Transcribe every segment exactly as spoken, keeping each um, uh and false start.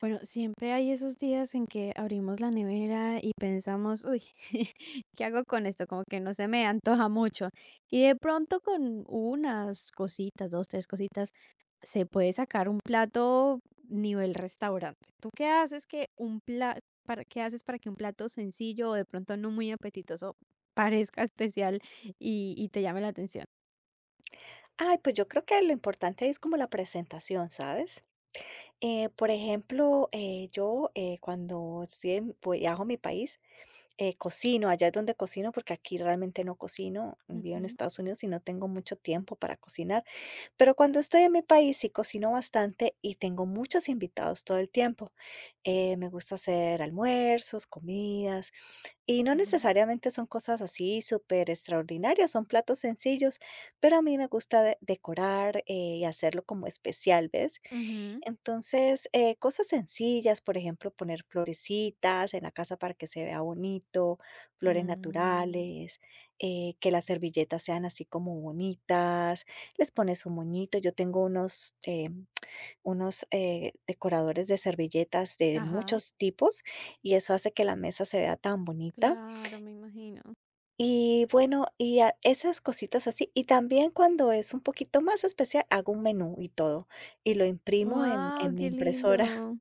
Bueno, siempre hay esos días en que abrimos la nevera y pensamos, uy, ¿qué hago con esto? Como que no se me antoja mucho. Y de pronto con unas cositas, dos, tres cositas, se puede sacar un plato nivel restaurante. ¿Tú qué haces que un plato, para, qué haces para que un plato sencillo o de pronto no muy apetitoso parezca especial y, y te llame la atención? Ay, pues yo creo que lo importante es como la presentación, ¿sabes? Eh, por ejemplo, eh, yo eh, cuando estoy en- viajo a mi país, eh, cocino, allá es donde cocino, porque aquí realmente no cocino, vivo en Ujú, Estados Unidos y no tengo mucho tiempo para cocinar, pero cuando estoy en mi país sí cocino bastante y tengo muchos invitados todo el tiempo. Eh, me gusta hacer almuerzos, comidas, y no ajá, necesariamente son cosas así súper extraordinarias, son platos sencillos, pero a mí me gusta de- decorar eh, y hacerlo como especial, ¿ves? ujú, Entonces, eh, cosas sencillas, por ejemplo, poner florecitas en la casa para que se vea bonito, flores mm, naturales, eh, que las servilletas sean así como bonitas, les pones un moñito, yo tengo unos, eh, unos eh, decoradores de servilletas de ajá, muchos tipos y eso hace que la mesa se vea tan bonita. claro, me imagino. Y bueno, y a esas cositas así. Y también cuando es un poquito más especial, hago un menú y todo, y lo imprimo en en Wow, mi qué impresora. lindo.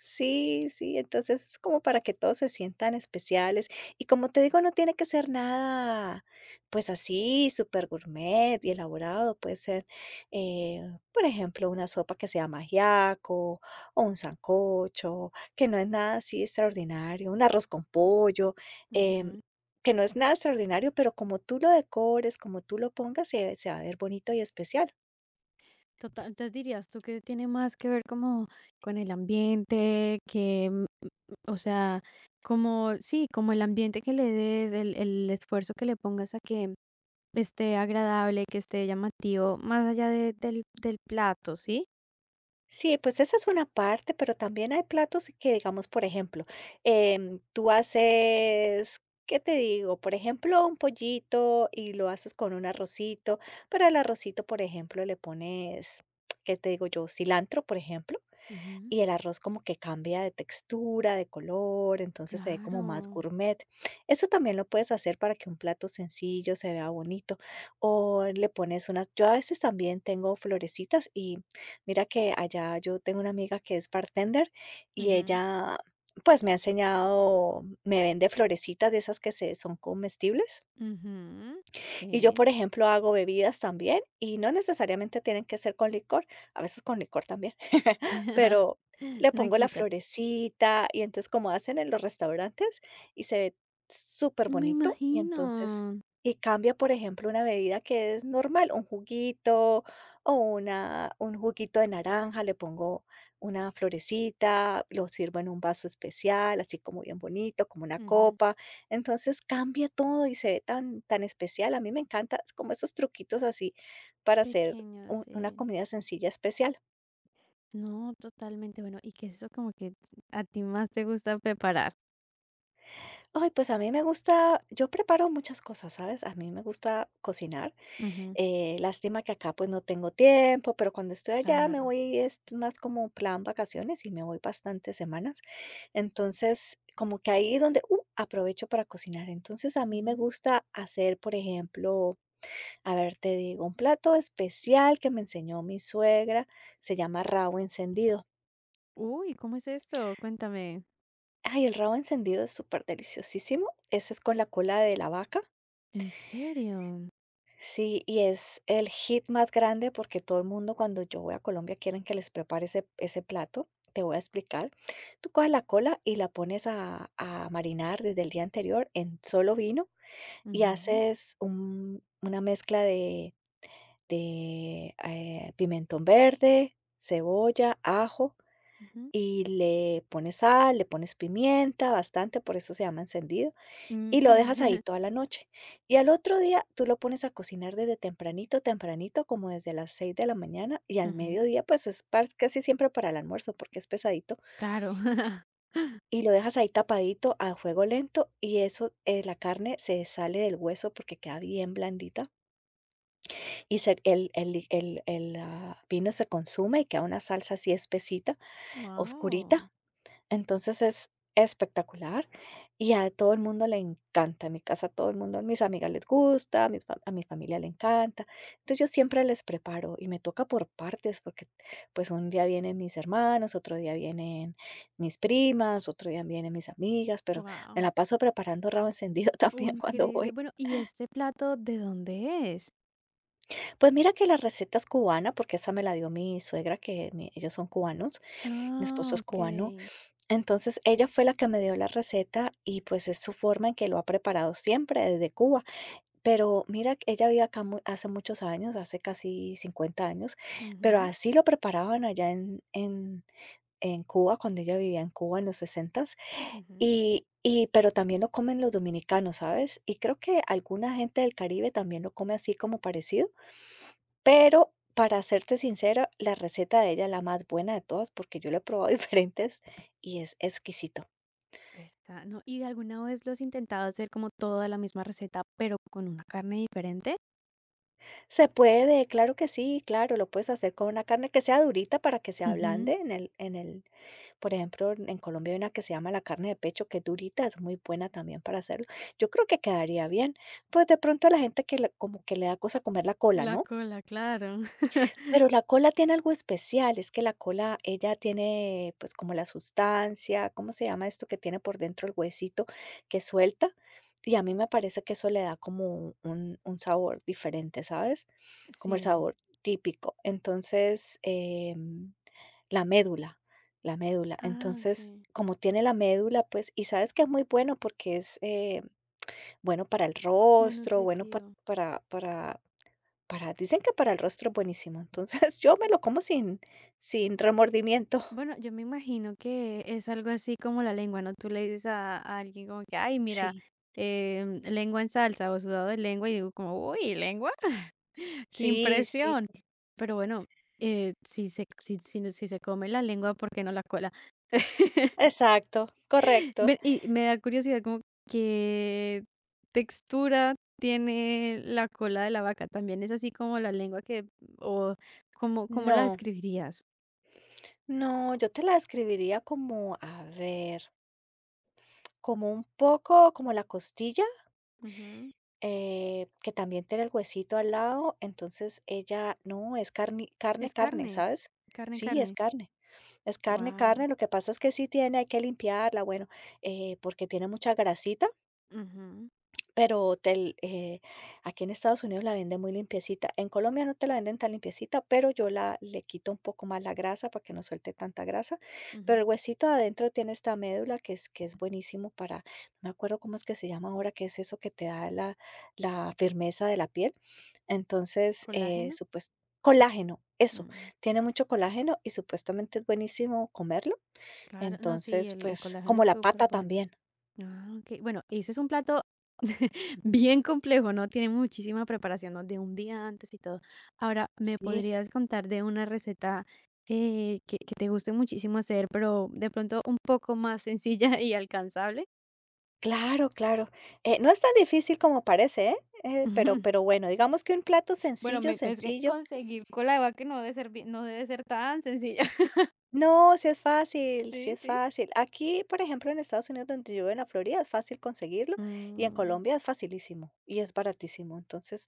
Sí, sí, entonces es como para que todos se sientan especiales. Y como te digo, no tiene que ser nada, pues así, súper gourmet y elaborado. Puede ser, eh, por ejemplo, una sopa que sea ajiaco o un sancocho, que no es nada así extraordinario, un arroz con pollo, em, Ujú. que no es nada extraordinario, pero como tú lo decores, como tú lo pongas, se, se va a ver bonito y especial. Total, entonces dirías tú que tiene más que ver como con el ambiente, que O sea, como, sí, como el ambiente que le des, el, el esfuerzo que le pongas a que esté agradable, que esté llamativo, más allá de- del, del plato, ¿sí? Sí, pues esa es una parte, pero también hay platos que, digamos, por ejemplo, em, tú haces, ¿qué te digo? Por ejemplo, un pollito y lo haces con un arrocito, pero al arrocito, por ejemplo, le pones, ¿qué te digo yo? Cilantro, por ejemplo, Ujú. y el arroz como que cambia de textura, de color, entonces se ve como Claro. más gourmet. Eso también lo puedes hacer para que un plato sencillo se vea bonito, o le pones unas, yo a veces también tengo florecitas, y mira que allá yo tengo una amiga que es bartender y Ujú, ella pues me ha enseñado, me vende florecitas de esas que se, son comestibles. ujú. Y yo, Sí. por ejemplo, hago bebidas también y no necesariamente tienen que ser con licor, a veces con licor también, pero le No pongo la quita. florecita y entonces como hacen en los restaurantes, y se ve súper Me bonito y imagino. entonces, y cambia, por ejemplo, una bebida que es normal, un juguito o una, un juguito de naranja, le pongo una florecita, lo sirvo en un vaso especial, así como bien bonito, como una Ujú. copa. Entonces cambia todo y se ve tan, tan especial. A mí me encanta es como esos truquitos así para hacer Pequeño, un- una sí. comida sencilla especial. No, totalmente bueno. Y que eso como que a ti más te gusta preparar. Ay, pues a mí me gusta, yo preparo muchas cosas, ¿sabes? A mí me gusta cocinar. Ujú. Eh, lástima que acá pues no tengo tiempo, pero cuando estoy allá me Claro. voy, es más como plan vacaciones y me voy bastantes semanas. Entonces, como que ahí donde uh, aprovecho para cocinar. Entonces, a mí me Ujú. gusta hacer, por ejemplo, A ver, te digo, un plato especial que me enseñó mi suegra se llama rabo encendido. Uy, ¿cómo es esto? Cuéntame. Ay, el rabo encendido es súper deliciosísimo. Ese es con la cola de la vaca. ¿En serio? Sí, y es el hit más grande porque todo el mundo cuando yo voy a Colombia quieren que les prepare ese, ese plato. Te voy a explicar. Tú coges la cola y la pones a, a marinar desde el día anterior en solo vino, y Ujú, haces un- una mezcla de, de eh, pimentón verde, cebolla, ajo, ujú. y le pones sal, le pones pimienta, bastante, por eso se llama encendido, y lo dejas ahí Mm. toda la noche. Y al otro día tú lo pones a cocinar desde tempranito, tempranito, como desde las seis de la mañana, y al Ujú. mediodía, pues es par- casi siempre para el almuerzo porque es pesadito, Claro. y lo dejas ahí tapadito a fuego lento, y eso, eh, la carne se sale del hueso porque queda bien blandita, y se- el, el- el- el, ah, vino se consume y queda una salsa así espesita, Wow, oscurita. Entonces es espectacular y a todo el mundo le encanta. En mi casa todo el mundo, a mis amigas les gusta, a mis fa- a mi familia le encanta. Entonces yo siempre les preparo y me toca por partes porque pues un día vienen mis hermanos, otro día vienen mis primas, otro día vienen mis amigas, pero me wow. la paso preparando rabo encendido Oh, también cuando increíble. voy. Bueno, ¿y este plato de dónde es? Pues mira que la receta es cubana porque esa me la dio mi suegra, que mi- ellos son cubanos, mi esposo Ah, es ok. cubano. Entonces ella fue la que me dio la receta y pues es su forma en que lo ha preparado siempre desde Cuba. Pero mira, que ella vive acá mu- hace muchos años, hace casi cincuenta años, pero Ujú, así lo preparaban allá en, en, en Cuba, cuando ella vivía en Cuba en los sesentas. ujú. Y, y, pero también lo comen los dominicanos, ¿sabes? Y creo que alguna gente del Caribe también lo come así como parecido. Pero para serte sincera, la receta de ella es la más buena de todas porque yo la he probado diferentes, y es exquisito. ¿Verdad? No, ¿y alguna vez lo has intentado hacer como toda la misma receta, pero con una carne diferente? Se puede, claro que sí, claro, lo puedes hacer con una carne que sea durita para que se ablande Ujú. en el en el Por ejemplo, en en Colombia hay una que se llama la carne de pecho, que es durita, es muy buena también para hacerlo. Yo creo que quedaría bien. Pues, de pronto a la gente que le como que le da cosa comer la cola, La ¿no? cola, claro. Pero la cola tiene algo especial, es que la cola, ella tiene pues como la sustancia, ¿cómo se llama esto que tiene por dentro el huesito que suelta? Y a mí me parece que eso le da como un, un sabor diferente, ¿sabes? Como el Sí. sabor típico. Entonces, em, la médula, la médula. Ah, ok. Entonces, como tiene la médula, pues, y sabes que es muy bueno porque es eh, bueno para el Muy rostro, bueno pa- nutritivo. para, para para dicen que para el rostro es buenísimo, entonces yo me lo como sin sin remordimiento. Bueno, yo me imagino que es algo así como la lengua, ¿no? Tú le dices a, a alguien como que, ay, mira, Sí, em, lengua en salsa o sudado de lengua y digo como, uy, lengua, qué sí, sí, impresión. sí. Pero bueno, eh, si se, si, si no- si se come la lengua, ¿por qué no la cola? Exacto, correcto. Ve. Y me da curiosidad como qué textura tiene la cola de la vaca. También es así como la lengua que, o, ¿cómo, cómo la No, describirías? no, yo te la describiría como, a ver, como un poco como la costilla, Ujú. eh, que también tiene el huesito al lado, entonces ella no, es carne, carne, Es carne, carne, ¿sabes? carne, Sí, es carne. carne. Es carne, Wow. carne, lo que pasa es que sí tiene, hay que limpiarla, bueno, eh, porque tiene mucha grasita. Ujú, Pero del, eh, aquí en Estados Unidos la venden muy limpiecita. En Colombia no te la venden tan limpiecita, pero yo la le quito un poco más la grasa para que no suelte tanta grasa. Pero ujú. el huesito de adentro tiene esta médula que es, que es buenísimo para, no me acuerdo cómo es que se llama ahora, que es eso que te da la, la firmeza de la piel. Entonces, eh, ¿Colágeno? supues- colágeno, eso, Mm, tiene mucho colágeno y supuestamente es buenísimo comerlo. claro. No, sí, Entonces, el el pues, colágeno como es la súper pata bueno. también. Ah, okey. Bueno, ese es un plato bien complejo, ¿no? Tiene muchísima preparación, ¿no? De un día antes y todo. Ahora, ¿me Sí. podrías contar de una receta, eh, que que te guste muchísimo hacer, pero de pronto un poco más sencilla y alcanzable? Claro, claro. Eh, no es tan difícil como parece, ¿eh? Eh, pero pero bueno, digamos que un plato Bueno, sencillo, me es que sencillo. conseguir cola de vaca no debe ser bien no debe ser tan sencilla. No, sí es fácil, sí Sí, es sí. fácil. Aquí, por ejemplo, en Estados Unidos, donde yo vivo, en la Florida, es fácil conseguirlo, y en Mm, Colombia es facilísimo y es baratísimo. Entonces,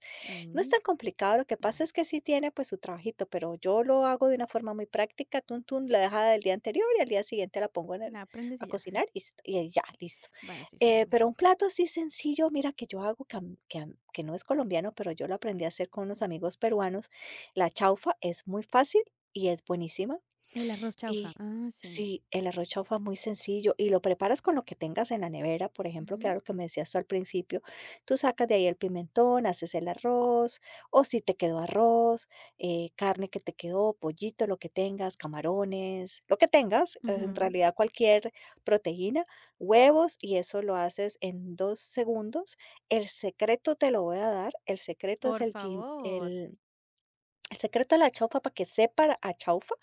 no es mm, tan complicado, lo que pasa bueno, es que sí tiene pues su trabajito, pero yo lo hago de una forma muy práctica, tun, tun, la dejada del día anterior, y al día siguiente la pongo en el- la aprendes a y ya. cocinar y, s- y ya, listo. Bueno, sí, suena Eh, muy Pero un sencillo. plato así sencillo, mira, que yo hago, que, a m- que a m- que no es colombiano, pero yo lo aprendí a hacer con unos amigos peruanos, la chaufa es muy fácil y es buenísima. El arroz chaufa. Y Ah, sí. sí, el arroz chaufa es muy sencillo y lo preparas con lo que tengas en la nevera, por ejemplo, que era Ujú. lo que me decías tú al principio. Tú sacas de ahí el pimentón, haces el arroz, o si te quedó arroz, eh, carne que te quedó, pollito, lo que tengas, camarones, lo que tengas, es en Ujú. realidad cualquier proteína, huevos, y eso lo haces en dos segundos. El secreto te lo voy a dar, el secreto es Por el, gin- favor. el, el secreto de la chaufa para que sepa a chaufa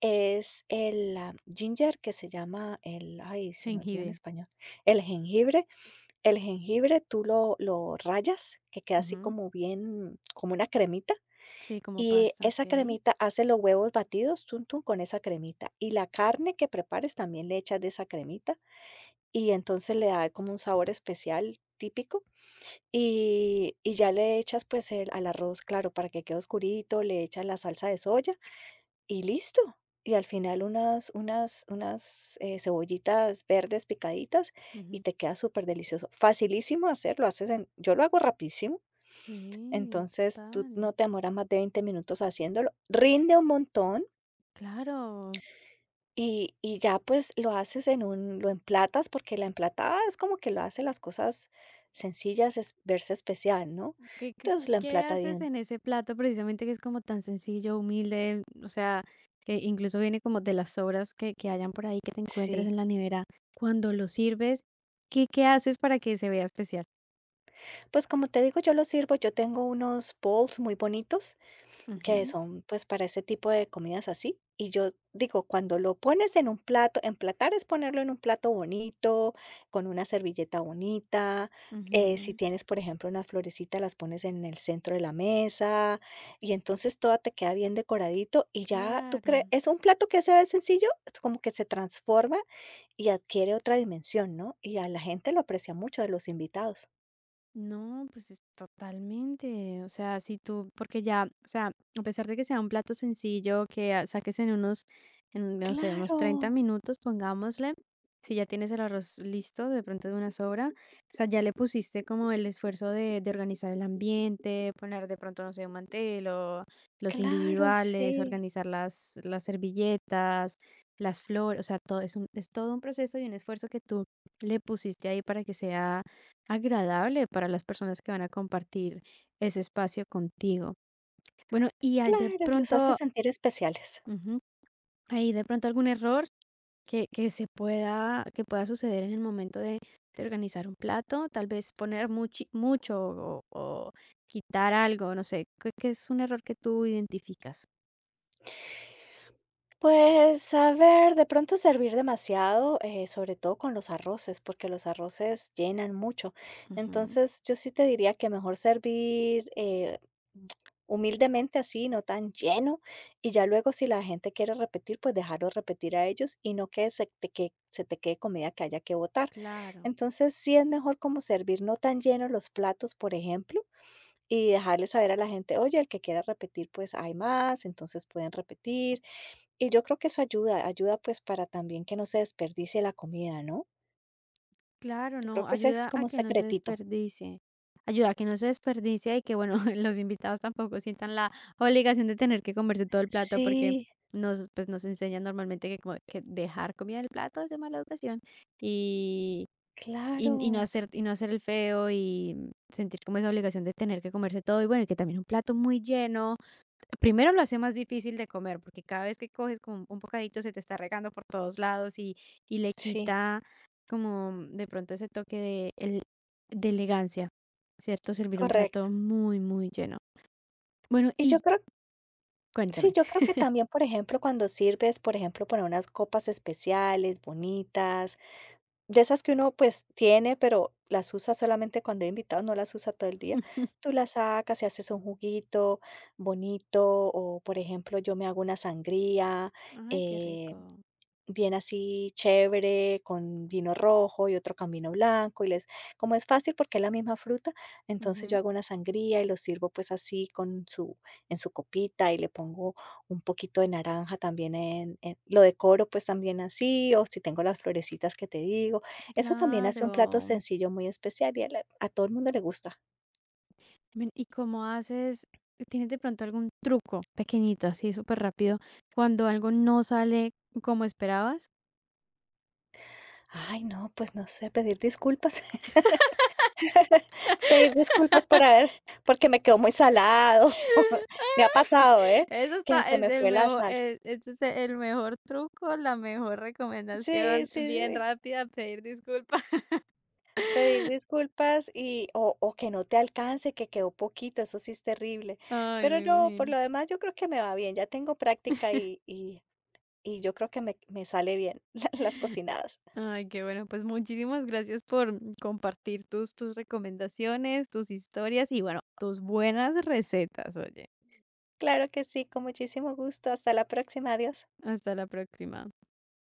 es el, ah, ginger, que se llama el, ay, se me olvidó en Jengibre. español, el jengibre. El jengibre tú lo lo rayas, que queda así Ujú. como bien, como una cremita, Sí, como y pasta, esa ok. cremita hace los huevos batidos, tun, tun, con esa cremita, y la carne que prepares también le echas de esa cremita, y entonces le da como un sabor especial típico, y y ya le echas, pues, el al arroz, claro, para que quede oscurito, le echas la salsa de soya y listo. Y al final unas unas unas, eh, cebollitas verdes picaditas y Ujú. te queda súper delicioso. Facilísimo hacerlo, haces en yo lo hago rapidísimo, Sí, entonces tú total. no te demoras más de veinte minutos haciéndolo. Rinde un montón Claro. y y ya, pues, lo haces en un lo emplatas, porque la emplatada es como que lo hace las cosas sencillas es verse especial, ¿no? ¿Qué, qué, Entonces, lo qué emplata haces bien. en ese plato precisamente que es como tan sencillo, humilde? O sea, que incluso viene como de las sobras que, que hayan por ahí que te encuentres Sí. en la nevera. Cuando lo sirves, ¿qué, qué haces para que se vea especial? Pues, como te digo, yo lo sirvo, yo tengo unos bowls muy bonitos que Ujú, son pues para ese tipo de comidas así. Y yo digo, cuando lo pones en un plato, emplatar es ponerlo en un plato bonito, con una servilleta bonita. Eh, si ujú. tienes, por ejemplo, unas florecitas, las pones en el centro de la mesa y entonces todo te queda bien decoradito y ya tú crees, Claro. es un plato que se ve sencillo, es como que se transforma y adquiere otra dimensión, ¿no? Y a la gente lo aprecia mucho de los invitados. No, pues es totalmente, o sea, si tú, porque ya, o sea, a pesar de que sea un plato sencillo, que ah, saques en unos, en, no sé, unos Claro, treinta minutos, pongámosle, si ya tienes el arroz listo, de pronto de una sobra, o sea, ya le pusiste como el esfuerzo de, de organizar el ambiente, poner de pronto, no sé, un mantel o los claro, individuales, sí, organizar las, las servilletas, las flores, o sea, todo es un, es todo un proceso y un esfuerzo que tú le pusiste ahí para que sea agradable para las personas que van a compartir ese espacio contigo. Bueno, y hay de claro, los hace pronto, sentir especiales. ujú, hay de pronto algún error que, que se pueda, que pueda suceder en el momento de, de organizar un plato, tal vez poner muchi- mucho o, o quitar algo, no sé, que, es un error que tú identificas. Pues, a ver, de pronto servir demasiado, eh, sobre todo con los arroces, porque los arroces llenan mucho. Ujú, Entonces, yo sí te diría que mejor servir, eh, humildemente así, no tan lleno, y ya luego si la gente quiere repetir, pues dejarlo repetir a ellos y no que se te que se te quede comida que haya que botar. claro. Entonces, sí es mejor como servir no tan llenos los platos, por ejemplo, y dejarle saber a la gente: "Oye, el que quiera repetir, pues hay más, entonces pueden repetir". Y yo creo que eso ayuda, ayuda pues para también que no se desperdicie la comida, ¿no? Claro, Yo creo no, que ese es ayuda como a un que no se secretito. desperdicie, ayuda a que no se desperdicie y que, bueno, los invitados tampoco sientan la obligación de tener que comerse todo el plato porque Sí, nos, pues, nos enseñan normalmente que, como que dejar comida en el plato es de mala educación y, y, y no claro. hacer, y no hacer el feo y sentir como esa obligación de tener que comerse todo y bueno, y que también un plato muy lleno primero lo hace más difícil de comer, porque cada vez que coges como un bocadito se te está regando por todos lados y, y le Sí, quita como mm, de pronto ese toque de, el- de elegancia, ¿cierto? Servir un correcto. plato muy, muy lleno. Bueno, Y yo y creo sí, cuéntame. yo creo que también, por ejemplo, cuando sirves, por ejemplo, para unas copas especiales, bonitas, de esas que uno pues tiene, pero las usa solamente cuando hay invitados, no las usa todo el día. Tú las sacas y haces un juguito bonito o, por ejemplo, yo me hago una sangría, Ay, qué eh rico. bien así chévere, con vino rojo y otro con vino blanco, y les como es fácil porque es la misma fruta, entonces yo Ujú. hago una sangría y lo sirvo, pues, así con su en su copita y le pongo un poquito de naranja también en en lo decoro, pues, también así, o si tengo las florecitas que te digo. Eso también hace un plato Claro. sencillo muy especial y a la a todo el mundo le gusta. Ven, ¿y cómo haces? ¿Tienes de pronto algún truco pequeñito, así súper rápido, cuando algo no sale como esperabas? Ay, no, pues, no sé, pedir disculpas. Pedir disculpas para ver, porque me quedó muy salado. Me ha pasado, ¿eh? Eso Que está, se es me el fue la mejor, sal. es ese es el mejor truco, la mejor Sí, recomendación, sí, bien sí. rápida, pedir disculpas. Pedir disculpas y o o que no te alcance, que quedó poquito, eso sí es terrible. Ay, Pero me no, por imagino. lo demás yo creo que me va bien, ya tengo práctica y y y yo creo que me me sale bien las cocinadas. Ay, qué bueno. Pues muchísimas gracias por compartir tus, tus recomendaciones, tus historias y bueno, tus buenas recetas, oye. Claro que sí, con muchísimo gusto. Hasta la próxima, adiós. Hasta la próxima.